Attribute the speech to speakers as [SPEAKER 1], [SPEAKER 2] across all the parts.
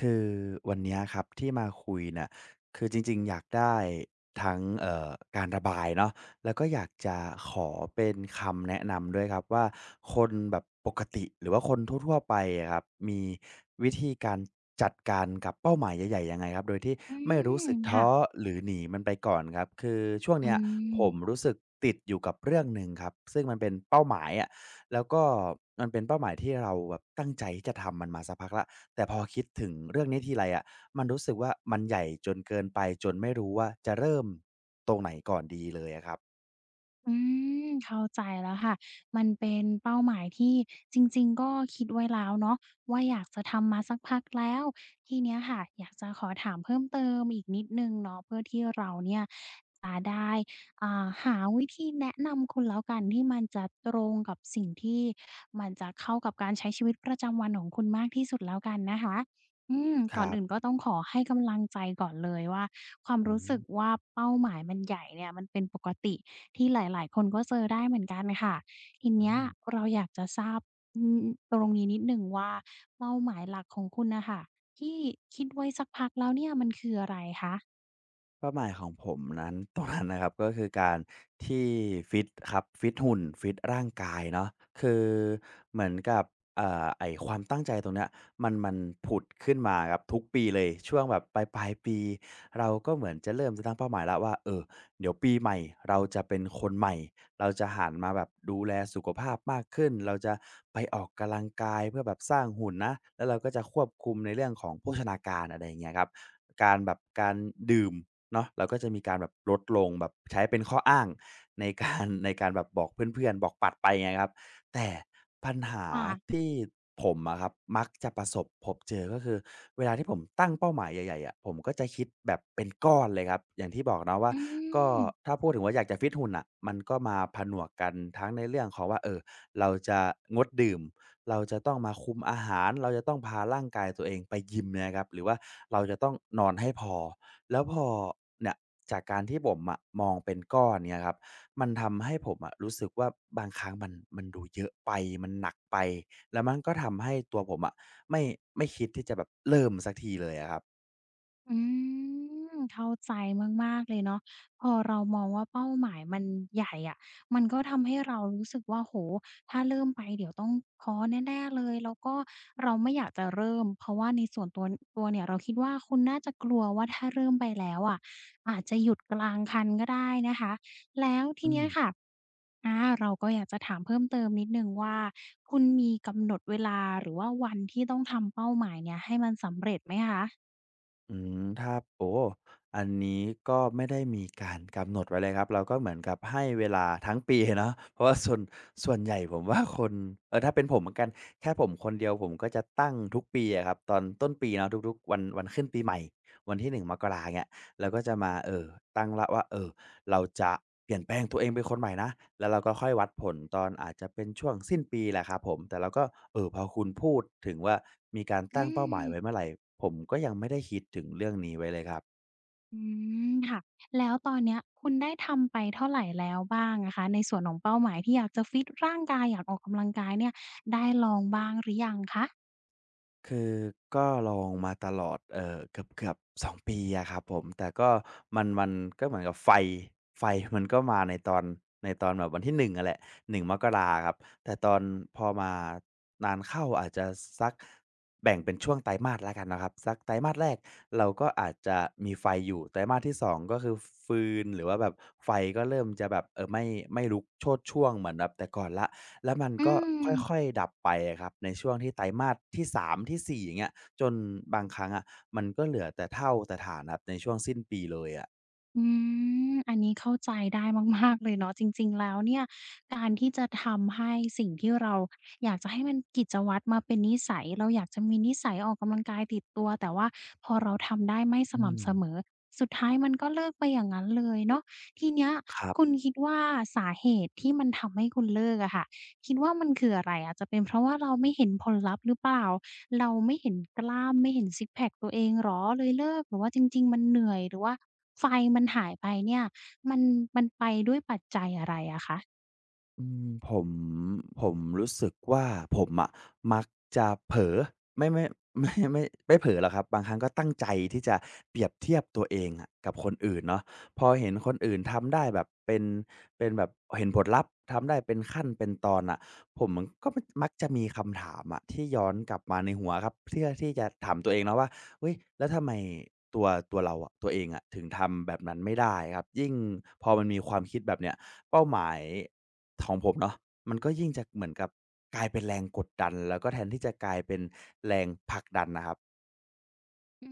[SPEAKER 1] คือวันเนี้ยครับที่มาคุยเนี่ยคือจริงๆอยากได้ทั้งการระบายเนาะแล้วก็อยากจะขอเป็นคำแนะนำด้วยครับว่าคนแบบปกติหรือว่าคนทั่วๆไปอะครับมีวิธีการจัดการกับเป้าหมายใหญ่ๆยังไงครับโดยที่
[SPEAKER 2] อื
[SPEAKER 1] ไม่รู้
[SPEAKER 2] ม
[SPEAKER 1] สึกท้
[SPEAKER 2] ค่ะ
[SPEAKER 1] อหรือหนีมันไปก่อนครับคือช่วง
[SPEAKER 2] อื
[SPEAKER 1] เนี้ยผ
[SPEAKER 2] ม
[SPEAKER 1] มรู้สึกติดอยู่กับเรื่องหนึ่งครับซึ่งมันเป็นเป้าหมายอะแล้วก็มันเป็นเป้าหมายที่เราแบบตั้งใจที่จะทำมันมาสักพักแล้ว แต่พอคิดถึงเรื่องนี้ทีไรอะมันรู้สึกว่ามันใหญ่จนเกินไปจนไม่รู้ว่าจะเริ่มตรงไหนก่อนดีเลยอะครับ
[SPEAKER 2] อืมเข้าใจแล้วค่ะมันเป็นเป้าหมายที่จริงๆก็คิดไว้แล้วเนาะว่าอยากจะทำมาสักพักแล้วทีเนี้ยค่ะอยากจะขอถามเพิ่มเติมอีกนิดหนึ่งเนาะเพื่อที่เราเนี่ยจะได้หาวิธีแนะนำคุณแล้วกันที่มันจะตรงกับสิ่งที่มันจะเข้ากับการใช้ชีวิตประจำวันของคุณมากที่สุดแล้วกันนะคะอืม
[SPEAKER 1] ค
[SPEAKER 2] ก่อน
[SPEAKER 1] รั
[SPEAKER 2] อื่นก็
[SPEAKER 1] บ
[SPEAKER 2] ต้องขอให้กำลังใจก่อนเลยว่าความ
[SPEAKER 1] อื
[SPEAKER 2] รู้
[SPEAKER 1] ม
[SPEAKER 2] สึกว่าเป้าหมายมันใหญ่เนี่ยมันเป็นปกติ ที่หลาย ๆ คนก็เจอได้เหมือนกันค่ะที
[SPEAKER 1] อื
[SPEAKER 2] เนี้ย
[SPEAKER 1] ม
[SPEAKER 2] เราอยากจะทราบอืมตรงนี้นิดหนึ่งว่าเป้าหมายหลักของคุณน่ะค่ะที่คิดไว้สักพักแล้วเนี่ยมันคืออะไรคะ
[SPEAKER 1] เป้าหมายของผมนั้น ตรงนั้นนะครับก็คือการที่ฟิตครับฟิตหุ่นฟิตร่างกายเนาะคือเหมือนกับไอความตั้งใจตรงเนี้ยมันผุดขึ้นมาครับทุกปีเลยช่วงแบบปลายปีเราก็เหมือนจะเริ่มจะตั้งเป้าหมายแล้วว่าเออเดี๋ยวปีใหม่เราจะเป็นคนใหม่เราจะหันมาแบบดูแลสุขภาพมากขึ้นเราจะไปออกกำลังกายเพื่อแบบสร้างหุ่นนะแล้วเราก็จะควบคุมในเรื่องของโภชนาการอะไรอย่างเงี้ยครับการดื่ม เนาะเราก็จะมีการแบบลดลงแบบใช้เป็นข้ออ้างใน การแบบบอกเพื่อนๆบอกปัดไปอย่างเงี้ยครับแต่ปัญหา
[SPEAKER 2] ค่ะ
[SPEAKER 1] ที่ผมอะครับมักจะประสบพบเจอก็คือเวลาที่ผมตั้งเป้าหมายใหญ่ๆอะผมก็จะคิดแบบเป็นก้อนเลยครับอย่างที่บอกเนาะว่า
[SPEAKER 2] อื
[SPEAKER 1] ก็
[SPEAKER 2] ม
[SPEAKER 1] ถ้าพูดถึงว่าอยากจะฟิตหุ่นน่ะมันก็มาผนวกกันทั้งในเรื่องของว่าเราจะงดดื่มเราจะต้องมาคุมอาหารเราจะต้องพาร่างกายตัวเองไปยิมเนี่ยครับหรือว่าเราจะต้องนอนให้พอ แล้วพอเนี่ยจากการที่ผมอะมองเป็นก้อนเนี่ยครับมันทำให้ผมอะรู้สึกว่าบางครั้งมันดูเยอะไปมันหนักไปแล้วมันก็ทำให้ตัวผมอะไม่ไม่คิดที่จะแบบเริ่มสักทีเลยอะครับ
[SPEAKER 2] อืมเข้าใจมากๆเลยเนาะพอเรามองว่าเป้าหมายมันใหญ่อะมันก็ทำให้เรารู้สึกว่าโอ้โฮถ้าเริ่มไปเดี๋ยวต้องท้อแน่ๆเลย แล้วก็เราไม่อยากจะเริ่มเพราะว่าในส่วนตัวตัวเนี่ยเราคิดว่าคุณน่าจะกลัวว่าถ้าเริ่มไปแล้วอะอาจจะหยุดกลางคันก็ได้นะคะ แล้วที
[SPEAKER 1] อื
[SPEAKER 2] เนี้
[SPEAKER 1] ม
[SPEAKER 2] ยค่ะเราก็อยากจะถามเพิ่มเติมนิดหนึ่งว่าคุณมีกำหนดเวลาหรือว่าวันที่ต้องทำเป้าหมายเนี้ยให้มันสำเร็จไหมคะ
[SPEAKER 1] อืมถ้าโอ้ อันนี้ก็ไม่ได้มีการกำหนดไว้เลยครับ เราก็เหมือนกับให้เวลาทั้งปีเนาะเพราะว่าส่วนใหญ่ผมว่าคนเออถ้าเป็นผมเหมือนกันแค่ผมคนเดียวผมก็จะตั้งทุกปีอะครับตอนต้นปีเนาะทุกๆวันขึ้นปีใหม่วันที่1มกราเนี้ยเราก็จะมาเออตั้งแล้วว่าเออ เราจะเปลี่ยนแปลงตัวเองเป็นคนใหม่นะ แล้วเราก็ค่อยวัดผลตอนอาจจะเป็นช่วงสิ้นปีแหละครับผม แต่เราก็พอคุณพูดถึงว่ามีการ
[SPEAKER 2] อื
[SPEAKER 1] ตั้งเป้าหมาย
[SPEAKER 2] ม
[SPEAKER 1] ไว้เมื่อไรผมก็ยังไม่ได้คิดถึงเรื่องนี้ไว้เลยครับ
[SPEAKER 2] อืมค่ะแล้วตอนเนี้ยคุณได้ทำไปเท่าไรแล้วบ้างอะคะในส่วนของเป้าหมายที่อยากจะฟิตร่างกายอยากออกกำลังกายเนี่ยได้ลองบ้างหรือยังคะ
[SPEAKER 1] คือก็ลองมาตลอดเกือบๆ2ปีอะครับผมแต่ก็มันก็เหมือนกับไฟมันก็มาในตอนแบบวันที่1อะแหละหนึ่งมกราครับแต่ตอนพอมานานเข้าอาจจะสักแบ่งเป็นช่วงไตรมาสแล้วกันนะครับสักไตรมาสแรกเราก็อาจจะมีไฟอยู่ไตรมาสที่2ก็คือฟืนหรือว่าแบบไฟก็เริ่มจะแบบไม่ลุกโชติช่วงเหมือนแบบแต่ก่อนแล้ว แล้วมัน
[SPEAKER 2] อื
[SPEAKER 1] ก็
[SPEAKER 2] ม
[SPEAKER 1] ค่อยๆดับไปอะครับในช่วงที่ไตรมาสที่3ที่4อย่างเงี้ยจนบางครั้งอะมันก็เหลือแต่ฐานครับในช่วงสิ้นปีเลยอะ
[SPEAKER 2] อืมอันนี้เข้าใจได้มากๆเลยเนาะจริงๆแล้วเนี่ยการที่จะทำให้สิ่งที่เราอยากจะให้มันกิจวัตรมาเป็นนิสัยเราอยากจะมีนิสัยออกกำลังกายติดตัวแต่ว่าพอเราทำได้ไม่ส
[SPEAKER 1] อืม
[SPEAKER 2] ม่ำเสมอสุดท้ายมันก็เลิกไปอย่างนั้นเลยเนาะทีเนี้ย
[SPEAKER 1] ครั
[SPEAKER 2] คุณ
[SPEAKER 1] บ
[SPEAKER 2] คิดว่าสาเหตุที่มันทำให้คุณเลิกอะค่ะคิดว่ามันคืออะไรอาจจะเป็นเพราะว่าเราไม่เห็นผลลัพธ์หรือเปล่าเราไม่เห็นกล้ามไม่เห็นซิกซ์แพ็กตัวเองเหรอเลยเลิกหรือว่าจริงๆมันเหนื่อยหรือว่า ไฟมันหายไปเนี่ยมันมันไปด้วยปัจจัยอะไรอะคะ
[SPEAKER 1] อืมผมรู้สึกว่าผมอะมักจะเผลอไม่ไม่ ไม่ไม่ไม่เผลอหรอกครับบางครั้งก็ตั้งใจที่จะเปรียบเทียบตัวเองอะกับคนอื่นเนาะพอเห็นคนอื่นทำได้แบบเป็นแบบเห็นผลลัพธ์ทำได้เป็นขั้นเป็นตอนน่ะผมมันก็มักจะมีคำถามอะที่ย้อนกลับมาในหัวครับเพื่อที่จะถามตัวเองเนาะว่าเฮ้ยแล้วทำไมตัวตัวเราอะตัวเองอะถึงทำแบบนั้นไม่ได้ครับยิ่งพอมันมีความคิดแบบเนี้ย เป้าหมายของผมเนาะมันก็ยิ่งจะเหมือนกับกลายเป็นแรงกดดันแล้วก็แทนที่จะกลายเป็นแรงผลักดันนะครับ
[SPEAKER 2] อื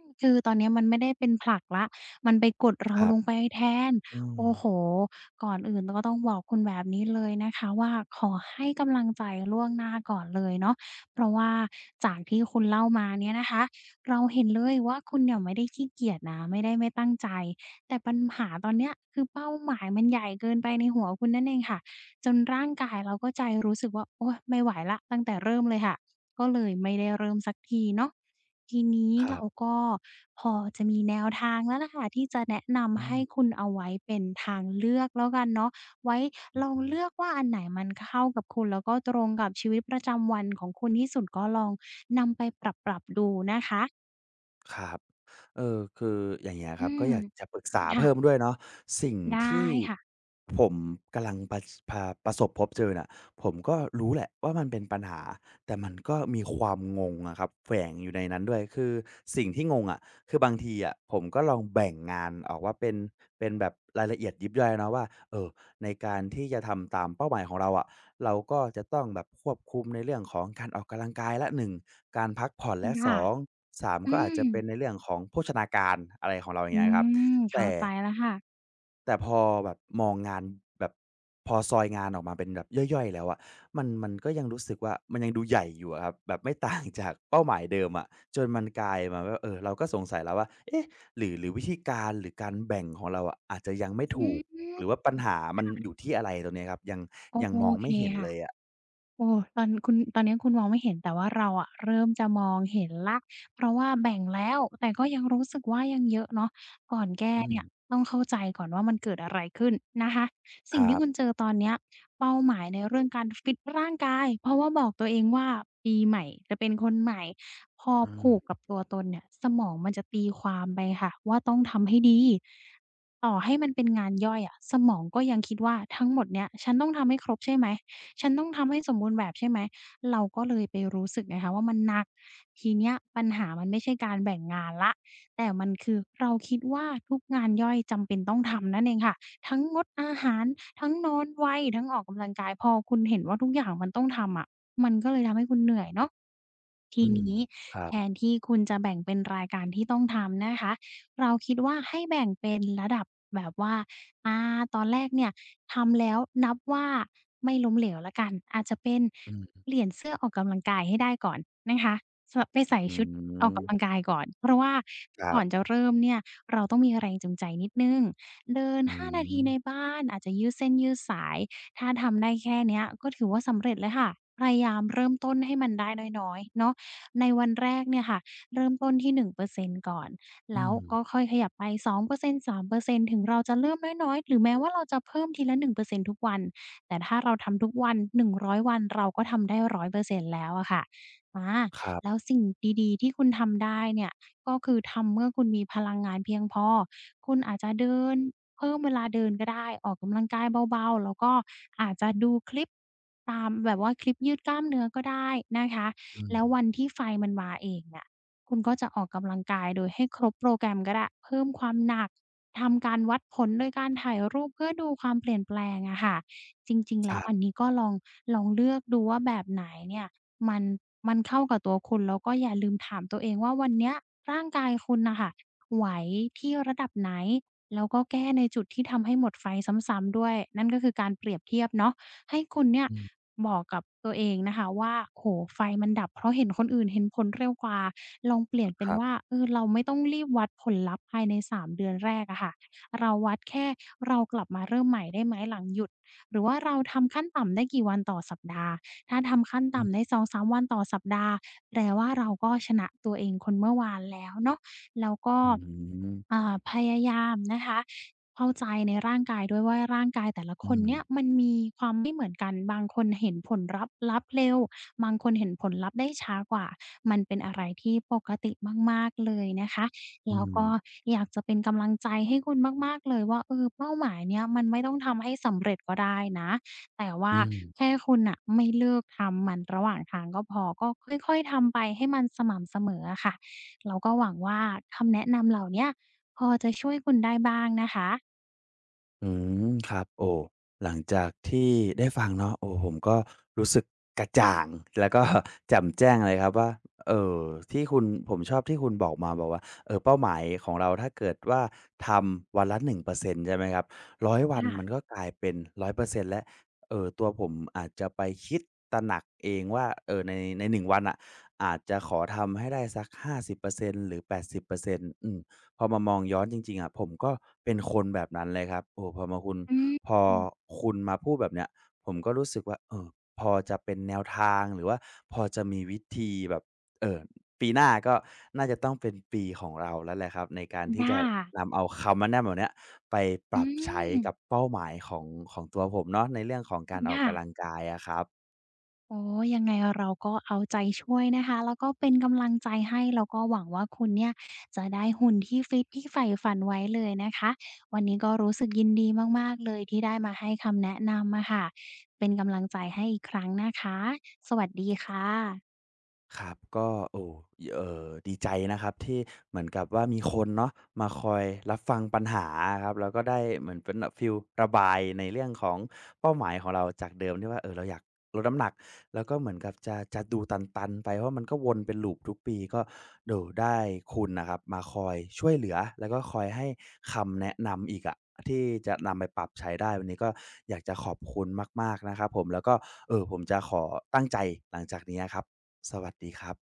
[SPEAKER 2] มคือตอนเนี้ยมันไม่ได้เป็นผลักแล้วมันไปกด
[SPEAKER 1] ค
[SPEAKER 2] เรา
[SPEAKER 1] รั
[SPEAKER 2] ล
[SPEAKER 1] บ
[SPEAKER 2] งไปแทน
[SPEAKER 1] อืม
[SPEAKER 2] โอ้โฮก่อนอื่นก็ต้องบอกคุณแบบนี้เลยนะคะว่าขอให้กำลังใจล่วงหน้าก่อนเลยเนาะเพราะว่าจากที่คุณเล่ามาเนี่ยนะคะเราเห็นเลยว่าคุณเนี่ยไม่ได้ขี้เกียจนะไม่ได้ไม่ตั้งใจแต่ปัญหาตอนเนี้ยคือเป้าหมายมันใหญ่เกินไปในหัวคุณนั่นเองค่ะจนร่างกายแล้วก็ใจรู้สึกว่าโอ๊ยไม่ไหวแล้วตั้งแต่เริ่มเลยค่ะก็เลยไม่ได้เริ่มสักทีเนาะ ทีนี้
[SPEAKER 1] ครั
[SPEAKER 2] เรา
[SPEAKER 1] บ
[SPEAKER 2] ก็พอจะมีแนวทางแล้วล่ะค่ะที่จะแนะ
[SPEAKER 1] อื
[SPEAKER 2] นำให้
[SPEAKER 1] ม
[SPEAKER 2] คุณเอาไว้เป็นทางเลือกแล้วกันเนาะไว้ลองเลือกว่าอันไหนมันเข้ากับคุณแล้วก็ตรงกับชีวิตประจำวันของคุณที่สุดก็ลองนำไปปรับๆดูนะคะ
[SPEAKER 1] ครับเออคืออย่างเงี้ยค
[SPEAKER 2] อื
[SPEAKER 1] รับก็
[SPEAKER 2] ม
[SPEAKER 1] อยากจะปรึกษา
[SPEAKER 2] ค่ะ
[SPEAKER 1] เพิ่มด้วยเนาะสิ่ง
[SPEAKER 2] ได้
[SPEAKER 1] ที่
[SPEAKER 2] ค่ะ
[SPEAKER 1] ผมกำลังประสบพบเจอน่ะผมก็รู้แหละว่ามันเป็นปัญหา แต่มันก็มีความงงอะครับแฝงอยู่ในนั้นด้วยคือ สิ่งที่งงอะคือบางทีอะผมก็ลองแบ่งงาน ออกว่าเป็น แบบรายละเอียดยิบย่อยเนาะว่าเอ่อ ในการที่จะทำตามเป้าหมายของเราอะเราก็จะต้องแบบควบคุมในเรื่องของการออกกำลังกายและ1การพักผ่อนและ
[SPEAKER 2] ค่ะ
[SPEAKER 1] 2 3
[SPEAKER 2] อื
[SPEAKER 1] ก็อาจ
[SPEAKER 2] ม
[SPEAKER 1] จะเป็นในเรื่องของโภชนาการอะไรของเราอย่าง
[SPEAKER 2] อื
[SPEAKER 1] เงี้ยครับ
[SPEAKER 2] มเข้า
[SPEAKER 1] แต่
[SPEAKER 2] ใจแล้วค่ะ
[SPEAKER 1] แต่พอแบบมองงานแบบพอซอยงานออกมาเป็นแบบย่อยๆแล้วอะมันก็ยังรู้สึกว่ามันยังดูใหญ่อยู่อะครับแบบไม่ต่างจากเป้าหมายเดิมอะจนมันกลายมาว่าเออเราก็สงสัยแล้วว่าเอ๊ะหรือวิธีการหรือการแบ่งของเราอะอาจจะยังไม่
[SPEAKER 2] อื
[SPEAKER 1] ถูกห
[SPEAKER 2] ม
[SPEAKER 1] รือว่าปัญหามันอยู่ที่อะไรตรงเนี้ยครับยัง
[SPEAKER 2] โอ
[SPEAKER 1] ยังมอ
[SPEAKER 2] โอ
[SPEAKER 1] ง
[SPEAKER 2] เค
[SPEAKER 1] ไม่เห็น
[SPEAKER 2] ค่ะ
[SPEAKER 1] เลยอะ
[SPEAKER 2] โอ้ตอนคุณตอนเนี้ยคุณมองไม่เห็นแต่ว่าเราอะเริ่มจะมองเห็นแล้วเพราะว่าแบ่งแล้วแต่ก็ยังรู้สึกว่ายังเยอะเนาะก่อนแก้
[SPEAKER 1] อื
[SPEAKER 2] เนี่ย
[SPEAKER 1] ม
[SPEAKER 2] ต้องเข้าใจก่อนว่ามันเกิดอะไรขึ้นนะคะ
[SPEAKER 1] ค
[SPEAKER 2] สิ่ง
[SPEAKER 1] รั
[SPEAKER 2] ที่คุณ
[SPEAKER 1] บ
[SPEAKER 2] เจอตอนเนี้ยเป้าหมายในเรื่องการฟิตร่างกายเพราะว่าบอกตัวเองว่าปีใหม่จะเป็นคนใหม่พอ
[SPEAKER 1] อืม
[SPEAKER 2] ผูกกับตัวตนเนี่ยสมองมันจะตีความไปค่ะว่าต้องทำให้ดีต่อให้มันเป็นงานย่อยอะสมองก็ยังคิดว่าทั้งหมดเนี้ยฉันต้องทำให้ครบใช่ไหม ฉันต้องทำให้สมบูรณ์แบบใช่ไหมเราก็เลยไปรู้สึกไงคะว่ามันหนักทีเนี้ยปัญหามันไม่ใช่การแบ่งงานแล้วแต่มันคือเราคิดว่าทุกงานย่อยจำเป็นต้องทำนั่นเองค่ะทั้งงดอาหารทั้งนอนไวทั้งออกกำลังกายพอคุณเห็นว่าทุกอย่างมันต้องทำอะมันก็เลยทำให้คุณเหนื่อยเนาะที
[SPEAKER 1] อืม
[SPEAKER 2] นี้
[SPEAKER 1] ครั
[SPEAKER 2] แท
[SPEAKER 1] บ
[SPEAKER 2] นที่คุณจะแบ่งเป็นรายการที่ต้องทำนะคะเราคิดว่าให้แบ่งเป็นระดับแบบว่า อาตอนแรกเนี่ยทำแล้วนับว่าไม่ล้มเหลวแล้วกันอาจจะเป็น
[SPEAKER 1] อืม
[SPEAKER 2] เปลี่ยนเสื้อออกกำลังกายให้ได้ก่อนนะคะสไปใส่
[SPEAKER 1] อื
[SPEAKER 2] ชุดออกกำลัง
[SPEAKER 1] ม
[SPEAKER 2] กายก่อนเพราะว่า
[SPEAKER 1] ครั
[SPEAKER 2] ก่อนจะ
[SPEAKER 1] บ
[SPEAKER 2] เริ่มเนี่ยเราต้องมีแรงจูงใจนิดหนึ่งเดิน
[SPEAKER 1] อื
[SPEAKER 2] 5นาที
[SPEAKER 1] ม
[SPEAKER 2] ในบ้านอาจจะยืดเส้นยืดสายถ้าทำได้แค่เนี้ยก็ถือว่าสำเร็จแล้วค่ะพยายามเริ่มต้นให้มันได้น้อยๆเนาะในวันแรกเนี่ยค่ะเริ่มต้นที่หนึ่งเปอร์เซ็นต์ก่อน
[SPEAKER 1] อื
[SPEAKER 2] แล้ว
[SPEAKER 1] ม
[SPEAKER 2] ก็ค่อยขยับไป 2%3% ถึงเราจะเริ่มน้อยๆหรือแม้ว่าเราจะเพิ่มทีละ1%ทุกวันแต่ถ้าเราทำทุกวัน100วันเราก็ทำได้100%แล้วอะค่ะอา
[SPEAKER 1] ครั
[SPEAKER 2] แล้ว
[SPEAKER 1] บ
[SPEAKER 2] สิ่งดีๆที่คุณทำได้เนี่ยก็คือทำเมื่อคุณมีพลังงานเพียงพอคุณอาจจะเดินเพิ่มเวลาเดินก็ได้ออกกำลังกายเบาๆแล้วก็อาจจะดูคลิปตามแบบว่าคลิปยืดกล้ามเนื้อก็ได้นะคะ
[SPEAKER 1] อืม
[SPEAKER 2] แล้ววันที่ไฟมันมาเองเนี่ย คุณก็จะออกกำลังกายโดยให้ครบโปรแกรมก็ได้เพิ่มความหนักทำการวัดผลโดยการถ่ายรูปเพื่อดูความเปลี่ยนแปลงอะค่ะจริงๆ
[SPEAKER 1] ค
[SPEAKER 2] แล้ว
[SPEAKER 1] รั
[SPEAKER 2] อัน
[SPEAKER 1] บ
[SPEAKER 2] นี้ก็ลองลองเลือกดูว่าแบบไหนเนี่ยมันมันเข้ากับตัวคุณแล้วก็อย่าลืมถามตัวเองว่าวันเนี้ยร่างกายคุณน่ะค่ะไหวที่ระดับไหนแล้วก็แก้ในจุดที่ทำให้หมดไฟซ้ำๆด้วยนั่นก็คือการเปรียบเทียบเนาะ ให้คุณเนี่ย
[SPEAKER 1] อืม
[SPEAKER 2] บอกกับตัวเองนะคะว่าโอ้โฮไฟมันดับเพราะเห็นคนอื่นเห็นผลเร็วกว่าลองเปลี่ยนเป็
[SPEAKER 1] ค
[SPEAKER 2] น
[SPEAKER 1] รับ
[SPEAKER 2] ว่าเออเราไม่ต้องรีบวัดผลลัพธ์ภายใน3เดือนแรกอะค่ะเราวัดแค่เรากลับมาเริ่มใหม่ได้ไหมหลังหยุดหรือว่าเราทำขั้นต่ำได้กี่วันต่อสัปดาห์ถ้าทำขั้น
[SPEAKER 1] อื
[SPEAKER 2] ต่ำ
[SPEAKER 1] ม
[SPEAKER 2] ได้2-3วันต่อสัปดาห์แปลว่าเราก็ชนะตัวเองคนเมื่อวานแล้วเนาะ แล้วก็
[SPEAKER 1] อืม
[SPEAKER 2] พยายามนะคะเข้าใจในร่างกายด้วยว่าร่างกายแต่ละ
[SPEAKER 1] อื
[SPEAKER 2] คน
[SPEAKER 1] ม
[SPEAKER 2] เนี่ยมันมีความไม่เหมือนกันบางคนเห็นผลลับเร็วบางคนเห็นผลลัพธ์ได้ช้ากว่ามันเป็นอะไรที่ปกติมากๆเลยนะคะ
[SPEAKER 1] อื
[SPEAKER 2] แล้วก็
[SPEAKER 1] ม
[SPEAKER 2] อยากจะเป็นกำลังใจให้คุณมากๆเลยว่าเออเป้าหมายเนี่ยมันไม่ต้องทำให้สำเร็จก็ได้นะแต่ว่า
[SPEAKER 1] อืม
[SPEAKER 2] แค่คุณน่ะไม่เลิกทำมันระหว่างทางก็พอก็ค่อยๆทำไปให้มันสม่ำเสมออะค่ะ เราก็หวังว่าคำแนะนำเหล่าเนี้ยพอจะช่วยคุณได้บ้างนะคะ
[SPEAKER 1] อืมครับโอ้หลังจากที่ได้ฟังเนาะโอ้ผมก็รู้สึกกระจ่างแล้วก็ แจ่มแจ้งเลยครับว่าเออที่คุณผมชอบที่คุณบอกมาบอกว่าเออเป้าหมายของเราถ้าเกิดว่าทำวันละ1%ใช่ไหมครับ100วัน
[SPEAKER 2] ค่ะ
[SPEAKER 1] มันก็กลายเป็น100%แล้ว เออตัวผมอาจจะไปคิดตระหนักเองว่าเออในใน1วันอ่ะอาจจะขอทำให้ได้สัก50%หรือ80%อร์เซ็นต์ พอมามองย้อนจริงๆอะผมก็เป็นคนแบบนั้นเลยครับโอ้
[SPEAKER 2] อื
[SPEAKER 1] พ
[SPEAKER 2] ม
[SPEAKER 1] อคุณมาพูดแบบเนี้ยผมก็รู้สึกว่าเออพอจะเป็นแนวทางหรือว่าพอจะมีวิธีแบบเอ่อปีหน้าก็น่าจะต้องเป็นปีของเราแล้วแหละครับในการที่จะ
[SPEAKER 2] ค่ะ
[SPEAKER 1] นำเอาคำแนะนำเหล่าเนี้ยไปป
[SPEAKER 2] อื
[SPEAKER 1] รับใช้
[SPEAKER 2] ม
[SPEAKER 1] กับเป้าหมายของตัวผมเนาะในเรื่องของการออก
[SPEAKER 2] ค่ะ
[SPEAKER 1] กำลังกายอะครับ
[SPEAKER 2] อ๋อยังไงเราก็เอาใจช่วยนะคะแล้วก็เป็นกำลังใจให้แล้วก็หวังว่าคุณเนี่ยจะได้หุ่นที่ฟิตที่ใฝ่ฝันไว้เลยนะคะวันนี้ก็รู้สึกยินดีมากๆเลยที่ได้มาให้คำแนะนำอะค่ะเป็นกำลังใจให้อีกครั้งนะคะสวัสดีค่ะ
[SPEAKER 1] ครับก็โอ้ดีใจนะครับที่เหมือนกับว่ามีคนเนาะมาคอยรับฟังปัญหาอะครับแล้วก็ได้เหมือนเป็นแบบฟีลระบายในเรื่องของเป้าหมายของเราจากเดิมที่ว่าเออเราอยากลดน้ำหนักแล้วก็เหมือนกับจะดูตันๆไปเพราะมันก็วนเป็น loop ทุกปีก็โด้โได้คุณน่ะครับมาคอยช่วยเหลือแล้วก็คอยให้คำแนะนำอีกอะที่จะนำไปปรับใช้ได้วันนี้ก็อยากจะขอบคุณมากๆนะครับผมแล้วก็ผมจะขอตั้งใจหลังจากนี้อะครับ สวัสดีครับ